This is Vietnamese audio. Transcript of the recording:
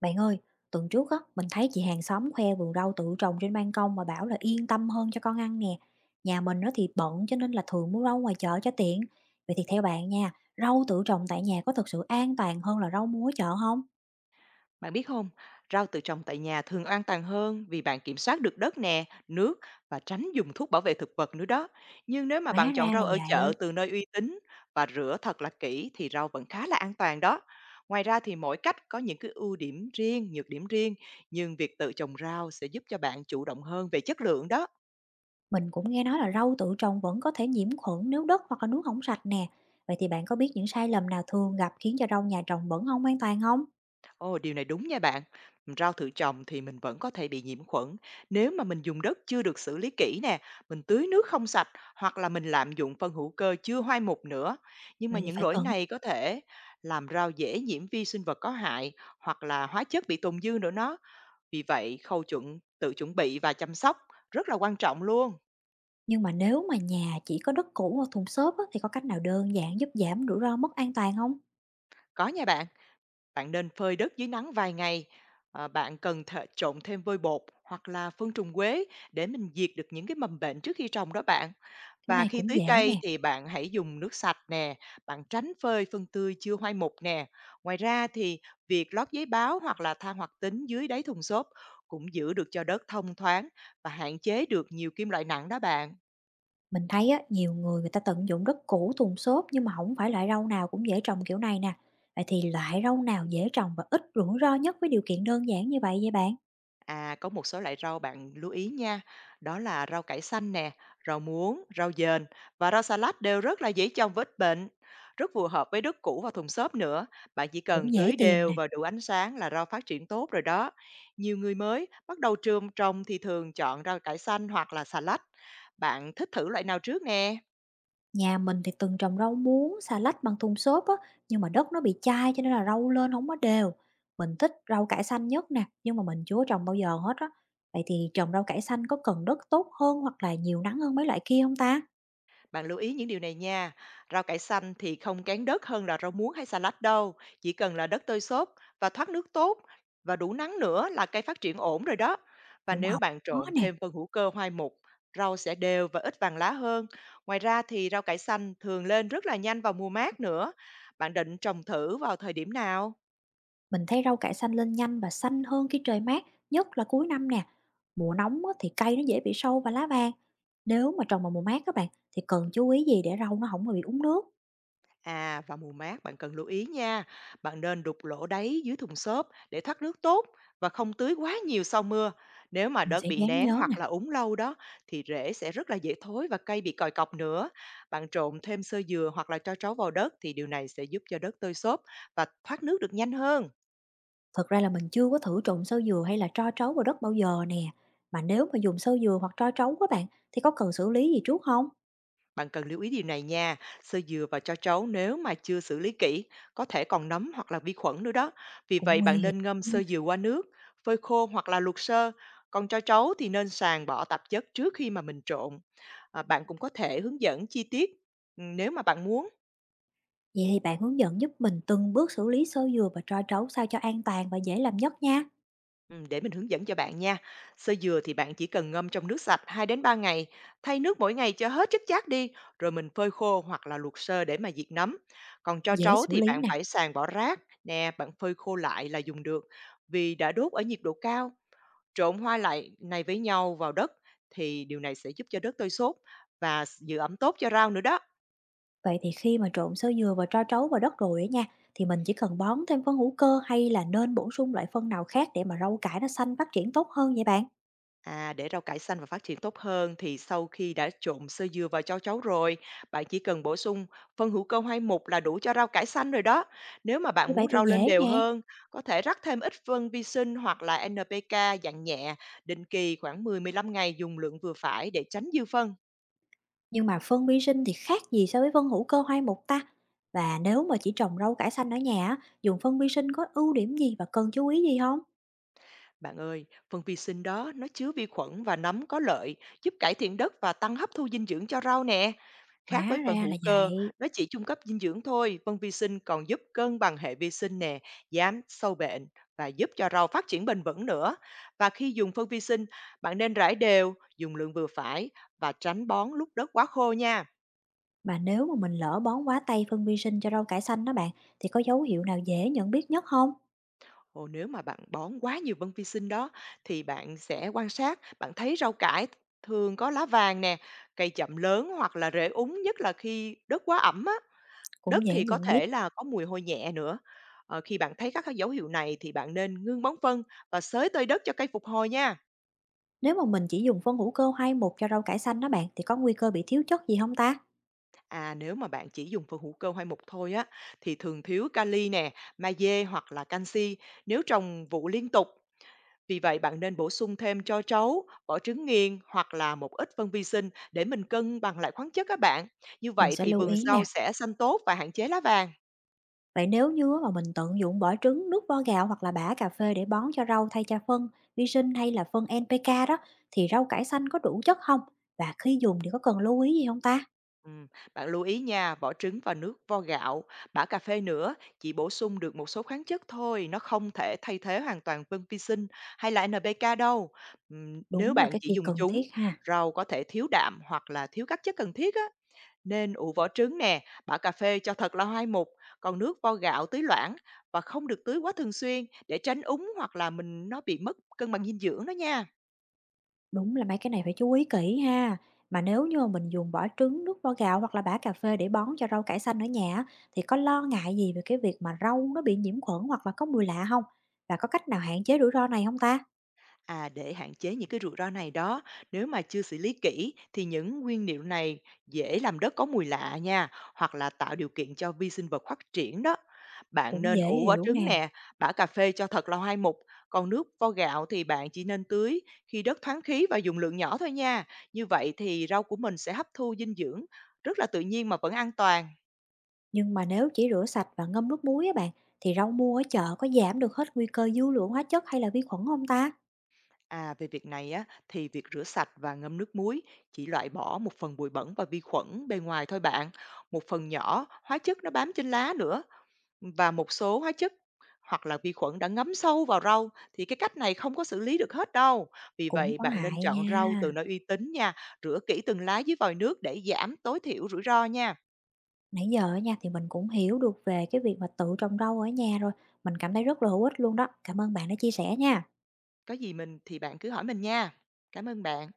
Bạn ơi, tuần trước á, mình thấy chị hàng xóm khoe vườn rau tự trồng trên ban công mà bảo là yên tâm hơn cho con ăn nè. Nhà mình nó thì bận cho nên là thường mua rau ngoài chợ cho tiện. Vậy thì theo bạn nha, rau tự trồng tại nhà có thực sự an toàn hơn là rau mua ở chợ không? Bạn biết không, rau tự trồng tại nhà thường an toàn hơn vì bạn kiểm soát được đất nè, nước và tránh dùng thuốc bảo vệ thực vật nữa đó. Nhưng nếu mà Hóa bạn ra chọn là rau ở chợ vậy. từ nơi uy tín và rửa thật là kỹ thì rau vẫn khá là an toàn đó. Ngoài ra thì mỗi cách có những cái ưu điểm riêng, nhược điểm riêng, nhưng việc tự trồng rau sẽ giúp cho bạn chủ động hơn về chất lượng đó. Mình cũng nghe nói là rau tự trồng vẫn có thể nhiễm khuẩn nếu đất hoặc là nước không sạch nè. Vậy thì bạn có biết những sai lầm nào thường gặp khiến cho rau nhà trồng vẫn không an toàn không? Ồ, điều này đúng nha bạn. Rau tự trồng thì mình vẫn có thể bị nhiễm khuẩn nếu mà mình dùng đất chưa được xử lý kỹ nè, mình tưới nước không sạch hoặc là mình lạm dụng phân hữu cơ chưa hoai mục nữa. Nhưng Vậy mà thì những phải lỗi cẩn. này có thể làm rau dễ nhiễm vi sinh vật có hại hoặc là hóa chất bị tồn dư nữa nó. Vì vậy, khâu tự chuẩn bị và chăm sóc rất là quan trọng luôn. Nhưng mà nếu mà nhà chỉ có đất cũ hoặc thùng xốp á, thì có cách nào đơn giản giúp giảm rủi ro mất an toàn không? Có nha bạn. Bạn nên phơi đất dưới nắng vài ngày. Ờ, bạn cần thợ trộn thêm vôi bột hoặc là phân trùng quế để mình diệt được những cái mầm bệnh trước khi trồng đó bạn. Cái Và này khi cũng tưới dễ cây nè. thì bạn hãy dùng nước sạch nè, bạn tránh phơi phân tươi chưa hoai mục nè. Ngoài ra thì việc lót giấy báo hoặc là than hoạt tính dưới đáy thùng xốp cũng giữ được cho đất thông thoáng và hạn chế được nhiều kim loại nặng đó bạn. Mình thấy á, nhiều người người ta tận dụng đất cũ, thùng xốp, nhưng mà không phải loại rau nào cũng dễ trồng kiểu này nè. Vậy thì loại rau nào dễ trồng và ít rủi ro nhất với điều kiện đơn giản như vậy vậy bạn? À, có một số loại rau bạn lưu ý nha, đó là rau cải xanh nè, rau muống, rau dền và rau salad đều rất là dễ trồng và ít bệnh. Rất phù hợp với đất cũ và thùng xốp nữa. Bạn chỉ cần Cũng dễ tưới tìm đều nè. và đủ ánh sáng là rau phát triển tốt rồi đó. Nhiều người mới bắt đầu trồng thì thường chọn rau cải xanh hoặc là salad. Bạn thích thử loại nào trước nè? Nhà mình thì từng trồng rau muống, xà lách bằng thùng xốp á, nhưng mà đất nó bị chai cho nên là rau lên không có đều. Mình thích rau cải xanh nhất nè, nhưng mà mình chưa có trồng bao giờ hết á. Vậy thì trồng rau cải xanh có cần đất tốt hơn hoặc là nhiều nắng hơn mấy loại kia không ta? Bạn lưu ý những điều này nha, rau cải xanh thì không kén đất hơn là rau muống hay salad đâu, chỉ cần là đất tơi xốp và thoát nước tốt và đủ nắng nữa là cây phát triển ổn rồi đó. Và Cũng nếu không bạn có trộn nè. thêm phân hữu cơ hoai mục, rau sẽ đều và ít vàng lá hơn. Ngoài ra thì rau cải xanh thường lên rất là nhanh vào mùa mát nữa. Bạn định trồng thử vào thời điểm nào? Mình thấy rau cải xanh lên nhanh và xanh hơn khi trời mát, nhất là cuối năm nè. Mùa nóng á, thì cây nó dễ bị sâu và lá vàng. Nếu mà trồng vào mùa mát các bạn, thì cần chú ý gì để rau nó không bị úng nước? À, vào mùa mát bạn cần lưu ý nha. Bạn nên đục lỗ đáy dưới thùng xốp để thoát nước tốt và không tưới quá nhiều sau mưa. Nếu mà Mình sẽ đất bị dán nén nhớ nè. hoặc là úng lâu đó thì rễ sẽ rất là dễ thối và cây bị còi cọc nữa. Bạn trộn thêm xơ dừa hoặc là tro trấu vào đất thì điều này sẽ giúp cho đất tơi xốp và thoát nước được nhanh hơn. Thật ra là mình chưa có thử trộn sơ dừa hay là tro trấu vào đất bao giờ nè. Mà nếu mà dùng sơ dừa hoặc tro trấu các bạn, thì có cần xử lý gì trước không? Bạn cần lưu ý điều này nha, sơ dừa và cho trấu nếu mà chưa xử lý kỹ, có thể còn nấm hoặc là vi khuẩn nữa đó. Vì Cũng vậy nguy bạn hiểm. nên ngâm Ừm. sơ dừa qua nước, phơi khô hoặc là luộc sơ. Còn cho trấu thì nên sàng bỏ tạp chất trước khi mà mình trộn. À, bạn cũng có thể hướng dẫn chi tiết nếu mà bạn muốn. Vậy thì bạn hướng dẫn giúp mình từng bước xử lý sơ dừa và tro trấu sao cho an toàn và dễ làm nhất nha. Để mình hướng dẫn cho bạn nha. Sơ dừa thì bạn chỉ cần ngâm trong nước sạch 2 đến 3 ngày, thay nước mỗi ngày cho hết chất chát đi, rồi mình phơi khô hoặc là luộc sơ để mà diệt nấm. Còn cho Dễ trấu xử thì lý bạn nè. phải xàn bỏ rác nè, bạn phơi khô lại là dùng được. Vì đã đốt ở nhiệt độ cao, trộn hoa lại này với nhau vào đất thì điều này sẽ giúp cho đất tơi xốp và giữ ẩm tốt cho rau nữa đó. Vậy thì khi mà trộn sơ dừa và tro trấu vào đất rồi á nha, thì mình chỉ cần bón thêm phân hữu cơ hay là nên bổ sung loại phân nào khác để mà rau cải nó xanh phát triển tốt hơn vậy bạn? À, để rau cải xanh và phát triển tốt hơn thì sau khi đã trộn sơ dừa vào cho cháu rồi, bạn chỉ cần bổ sung phân hữu cơ hoai mục là đủ cho rau cải xanh rồi đó. Nếu mà Như bạn vậy muốn thì rau lên dễ đều nè. hơn, có thể rắc thêm ít phân vi sinh hoặc là NPK dạng nhẹ, định kỳ khoảng 10 đến 15 ngày dùng lượng vừa phải để tránh dư phân. Nhưng mà phân vi sinh thì khác gì so với phân hữu cơ hoai mục ta? Và nếu mà chỉ trồng rau cải xanh ở nhà á, dùng phân vi sinh có ưu điểm gì và cần chú ý gì không? Bạn ơi, phần vi sinh đó nó chứa vi khuẩn và nấm có lợi, giúp cải thiện đất và tăng hấp thu dinh dưỡng cho rau nè. Khác Hóa với phần ra là hữu cơ, vậy. nó chỉ trung cấp dinh dưỡng thôi, phân vi sinh còn giúp cân bằng hệ vi sinh nè, giảm sâu bệnh và giúp cho rau phát triển bền vững nữa. Và khi dùng phân vi sinh, bạn nên rải đều, dùng lượng vừa phải và tránh bón lúc đất quá khô nha. Mà nếu mà mình lỡ bón quá tay phân vi sinh cho rau cải xanh đó bạn, thì có dấu hiệu nào dễ nhận biết nhất không? Ồ, nếu mà bạn bón quá nhiều bân vi sinh đó thì bạn sẽ quan sát, bạn thấy rau cải thường có lá vàng nè, cây chậm lớn hoặc là rễ úng nhất là khi đất quá ẩm á, đất Cũng dễ thì có nhận biết. thể là có mùi hôi nhẹ nữa. Ờ, khi bạn thấy các cái dấu hiệu này thì bạn nên ngưng bón phân và xới tơi đất cho cây phục hồi nha. Nếu mà mình chỉ dùng phân hữu cơ hoai mục cho rau cải xanh đó bạn, thì có nguy cơ bị thiếu chất gì không ta? À, nếu mà bạn chỉ dùng phân hữu cơ hay mục thôi á thì thường thiếu kali nè, magie hoặc là canxi nếu trồng vụ liên tục. Vì vậy bạn nên bổ sung thêm cho trấu, vỏ trứng nghiền hoặc là một ít phân vi sinh để mình cân bằng lại khoáng chất các bạn. Như Mình vậy sẽ thì lưu vườn ý rau nè. sẽ xanh tốt và hạn chế lá vàng. Vậy nếu như mà mình tận dụng vỏ trứng, nước vo gạo hoặc là bã cà phê để bón cho rau thay cho phân vi sinh hay là phân NPK đó, thì rau cải xanh có đủ chất không? Và khi dùng thì có cần lưu ý gì không ta? Ừm, Bạn lưu ý nha, vỏ trứng và nước vo gạo, bã cà phê nữa, chỉ bổ sung được một số khoáng chất thôi, nó không thể thay thế hoàn toàn phân vi sinh hay là NPK đâu. Nếu Đúng là bạn cái chỉ kia dùng cần thiết chúng, ha. rau có thể thiếu đạm hoặc là thiếu các chất cần thiết á. Nên ủ vỏ trứng nè, bã cà phê cho thật là hoai mục, còn nước vo gạo tưới loãng và không được tưới quá thường xuyên để tránh úng hoặc là mình nó bị mất cân bằng dinh dưỡng đó nha. Đúng là mấy cái này phải chú ý kỹ ha. Mà nếu như mà mình dùng vỏ trứng, nước vo gạo hoặc là bã cà phê để bón cho rau cải xanh ở nhà á, thì có lo ngại gì về cái việc mà rau nó bị nhiễm khuẩn hoặc là có mùi lạ không? Và có cách nào hạn chế rủi ro này không ta? À, để hạn chế những cái rủi ro này đó, nếu mà chưa xử lý kỹ thì những nguyên liệu này dễ làm đất có mùi lạ nha, hoặc là tạo điều kiện cho vi sinh vật phát triển đó. Bạn Cũng nên dễ ủ vỏ hiểu trứng nè. nè, bã cà phê cho thật là hoai mục, còn nước vo gạo thì bạn chỉ nên tưới khi đất thoáng khí và dùng lượng nhỏ thôi nha. Như vậy thì rau của mình sẽ hấp thu dinh dưỡng rất là tự nhiên mà vẫn an toàn. Nhưng mà nếu chỉ rửa sạch và ngâm nước muối á bạn, thì rau mua ở chợ có giảm được hết nguy cơ dư lượng hóa chất hay là vi khuẩn không ta? À, về việc này á, thì việc rửa sạch và ngâm nước muối chỉ loại bỏ một phần bụi bẩn và vi khuẩn bề ngoài thôi bạn. Một phần nhỏ hóa chất nó bám trên lá nữa và một số hóa chất hoặc là vi khuẩn đã ngấm sâu vào rau thì cái cách này không có xử lý được hết đâu. Vì Cũng vậy có bạn nên hại chọn rau nha. từ nơi uy tín nha, rửa kỹ từng lá dưới vòi nước để giảm tối thiểu rủi ro nha. Nãy giờ á nha thì mình cũng hiểu được về cái việc mà tự trồng rau ở nhà rồi. Mình cảm thấy rất là hữu ích luôn đó. Cảm ơn bạn đã chia sẻ nha. Có gì mình thì bạn cứ hỏi mình nha. Cảm ơn bạn.